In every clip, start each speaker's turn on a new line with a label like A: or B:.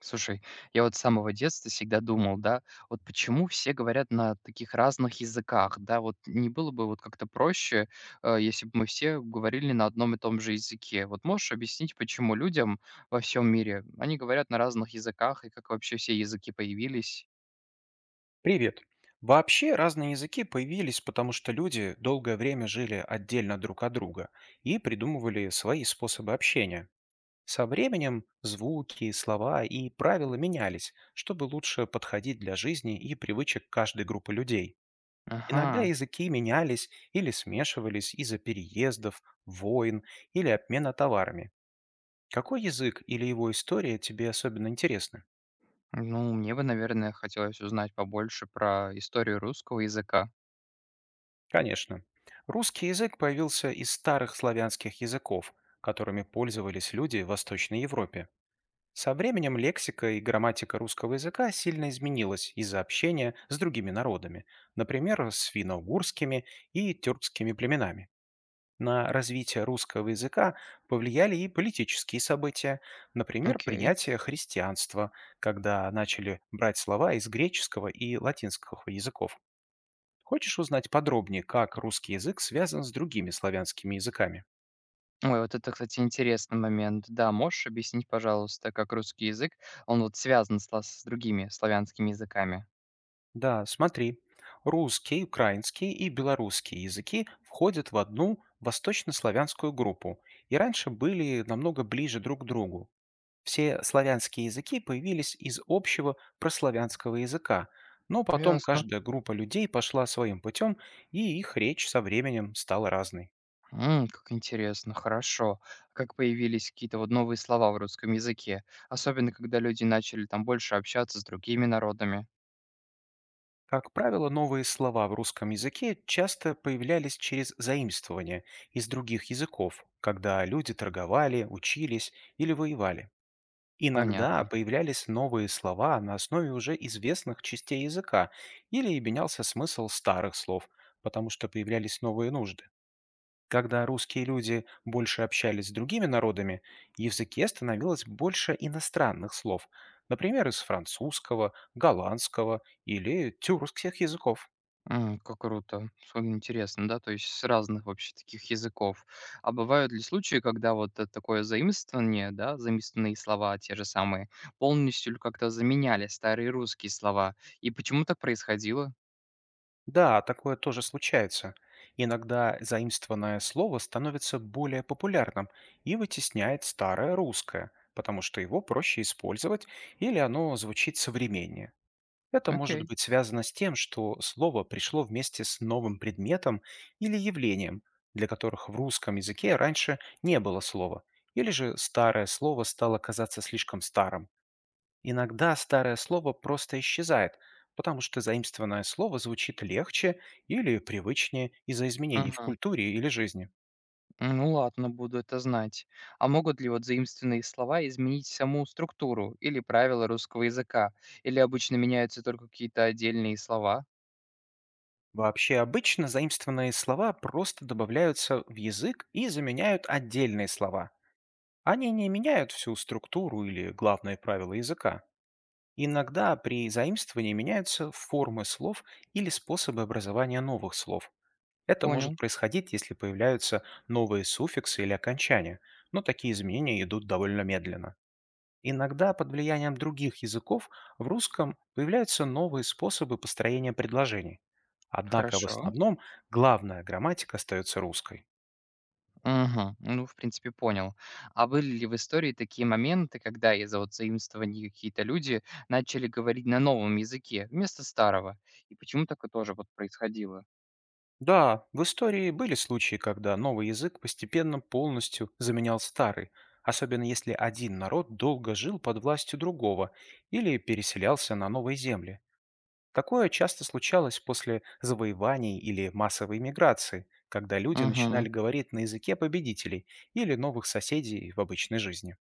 A: Слушай, я вот с самого детства всегда думал, да, вот почему все говорят на таких разных языках, да, вот не было бы вот как-то проще, если бы мы все говорили на одном и том же языке. Вот можешь объяснить, почему людям во всем мире они говорят на разных языках и как вообще все языки появились?
B: Привет. Вообще разные языки появились, потому что люди долгое время жили отдельно друг от друга и придумывали свои способы общения. Со временем звуки, слова и правила менялись, чтобы лучше подходить для жизни и привычек каждой группы людей. Иногда
A: Ага,
B: языки менялись или смешивались из-за переездов, войн или обмена товарами. Какой язык или его история тебе особенно интересны?
A: ну мне бы, наверное, хотелось узнать побольше про историю русского языка.
B: Конечно. Русский язык появился из старых славянских языков, которыми пользовались люди в Восточной Европе. Со временем лексика и грамматика русского языка сильно изменилась из-за общения с другими народами, например, с финно-угорскими и тюркскими племенами. На развитие русского языка повлияли и политические события, например,
A: Окей.
B: принятие христианства, когда начали брать слова из греческого и латинского языков. Хочешь узнать подробнее, как русский язык связан с другими славянскими языками?
A: Ой, вот это, кстати, интересный момент. Да, можешь объяснить, пожалуйста, как русский язык, он вот связан с другими славянскими языками?
B: Да, смотри. Русский, украинский и белорусский языки входят в одну восточнославянскую группу и раньше были намного ближе друг к другу. Все славянские языки появились из общего прославянского языка, но потом
A: Ясно.
B: каждая группа людей пошла своим путем, и их речь со временем стала разной.
A: М, как интересно, хорошо. Как появились какие-то вот новые слова в русском языке, особенно когда люди начали там больше общаться с другими народами.
B: Как правило, новые слова в русском языке часто появлялись через заимствование из других языков, когда люди торговали, учились или воевали. Иногда
A: Понятно.
B: появлялись новые слова на основе уже известных частей языка или менялся смысл старых слов, потому что появлялись новые нужды. Когда русские люди больше общались с другими народами, в языке становилось больше иностранных слов, например, из французского, голландского или тюркских языков.
A: М, как круто. Что интересно, да, то есть с разных вообще таких языков. А бывают ли случаи, когда такое заимствование, да, заимствованные слова те же самые, полностью или как-то заменяли старые русские слова? И почему так происходило?
B: Да, такое тоже случается. Иногда заимствованное слово становится более популярным и вытесняет старое русское, потому что его проще использовать или оно звучит современнее. Это может
A: Окей.
B: быть связано с тем, что слово пришло вместе с новым предметом или явлением, для которых в русском языке раньше не было слова, или же старое слово стало казаться слишком старым. Иногда старое слово просто исчезает, потому что заимствованное слово звучит легче или привычнее из-за изменений в
A: Ага.
B: культуре или жизни.
A: Ну ладно, буду это знать. А могут ли вот заимствованные слова изменить саму структуру или правила русского языка? Или обычно меняются только какие-то отдельные слова?
B: Вообще обычно заимствованные слова просто добавляются в язык и заменяют отдельные слова. Они не меняют всю структуру или главные правила языка. Иногда при заимствовании меняются формы слов или способы образования новых слов. Это может
A: Понял.
B: происходить, если появляются новые суффиксы или окончания, но такие изменения идут довольно медленно. Иногда под влиянием других языков в русском появляются новые способы построения предложений. Однако в
A: Хорошо.
B: основном главная грамматика остается русской.
A: Мгм. Ну, в принципе, понял. А были ли в истории такие моменты, когда из-за вот заимствований какие-то люди начали говорить на новом языке вместо старого? И почему такое тоже вот происходило?
B: Да, в истории были случаи, когда новый язык постепенно полностью заменял старый, особенно если один народ долго жил под властью другого или переселялся на новые земли. Такое часто случалось после завоеваний или массовой миграции, когда люди
A: Мгм.
B: начинали говорить на языке победителей или новых соседей в обычной жизни.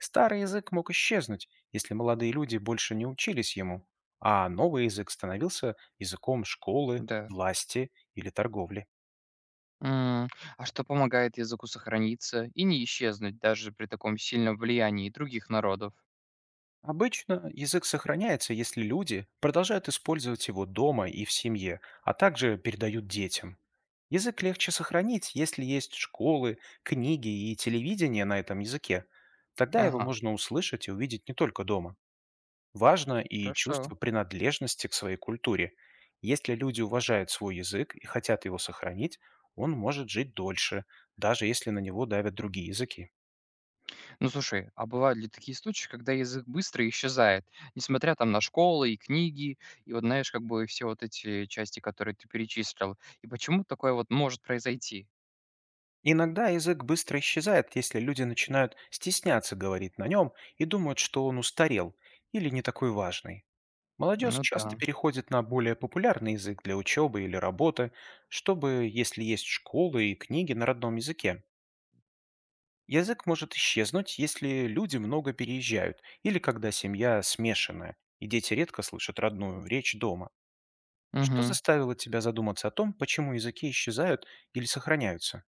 B: Старый язык мог исчезнуть, если молодые люди больше не учились ему, а новый язык становился языком школы,
A: Да.
B: власти или торговли.
A: М, а что помогает языку сохраниться и не исчезнуть даже при таком сильном влиянии других народов?
B: Обычно язык сохраняется, если люди продолжают использовать его дома и в семье, а также передают детям. Язык легче сохранить, если есть школы, книги и телевидение на этом языке. Тогда его
A: Ага,
B: можно услышать и увидеть не только дома. Важно и
A: хорошо.
B: чувство принадлежности к своей культуре. Если люди уважают свой язык и хотят его сохранить, он может жить дольше, даже если на него давят другие языки.
A: Ну слушай, а бывают ли такие случаи, когда язык быстро исчезает, несмотря там на школы и книги, и вот знаешь, как бы все вот эти части, которые ты перечислил, и почему такое вот может произойти?
B: Иногда язык быстро исчезает, если люди начинают стесняться говорить на нем и думают, что он устарел или не такой важный. Молодежь
A: Ну да.
B: часто переходит на более популярный язык для учебы или работы, чтобы, если есть школы и книги на родном языке. Язык может исчезнуть, если люди много переезжают или когда семья смешанная, и дети редко слышат родную речь дома. Что
A: Мгм.
B: заставило тебя задуматься о том, почему языки исчезают или сохраняются?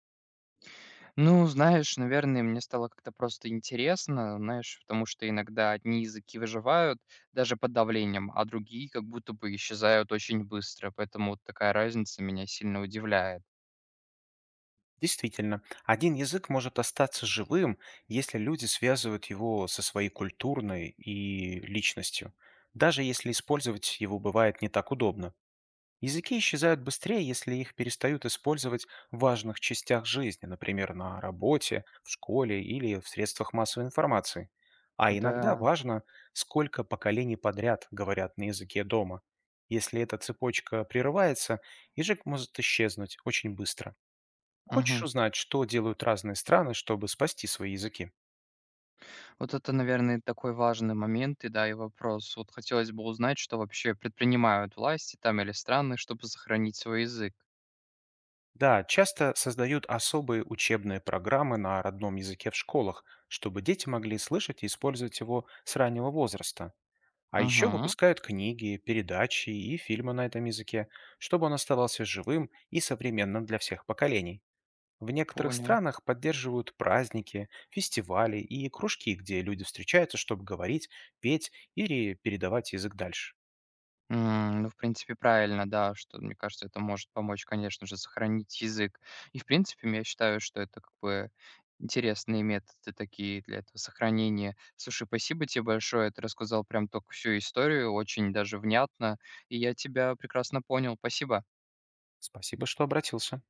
A: Ну, знаешь, наверное, мне стало как-то просто интересно, знаешь, потому что иногда одни языки выживают даже под давлением, а другие как будто бы исчезают очень быстро, поэтому вот такая разница меня сильно удивляет.
B: Действительно, один язык может остаться живым, если люди связывают его со своей культурной и личностью, даже если использовать его бывает не так удобно. Языки исчезают быстрее, если их перестают использовать в важных частях жизни, например, на работе, в школе или в средствах массовой информации. А иногда
A: Да.
B: важно, сколько поколений подряд говорят на языке дома. Если эта цепочка прерывается, язык может исчезнуть очень быстро. Хочешь
A: Мгм.
B: узнать, что делают разные страны, чтобы спасти свои языки?
A: Вот это, наверное, такой важный момент и, да, и вопрос. Вот хотелось бы узнать, что вообще предпринимают власти там или страны, чтобы сохранить свой язык.
B: Да, часто создают особые учебные программы на родном языке в школах, чтобы дети могли слышать и использовать его с раннего возраста. А еще
A: Мгм.
B: выпускают книги, передачи и фильмы на этом языке, чтобы он оставался живым и современным для всех поколений. В некоторых
A: Понял.
B: странах поддерживают праздники, фестивали и кружки, где люди встречаются, чтобы говорить, петь или передавать язык дальше.
A: М, ну, в принципе, правильно, да, что, мне кажется, это может помочь, конечно же, сохранить язык. И, в принципе, я считаю, что это как бы интересные методы такие для этого сохранения. Слушай, спасибо тебе большое, ты рассказал прям только всю историю, очень даже внятно, и я тебя прекрасно понял. Спасибо.
B: Спасибо, что обратился.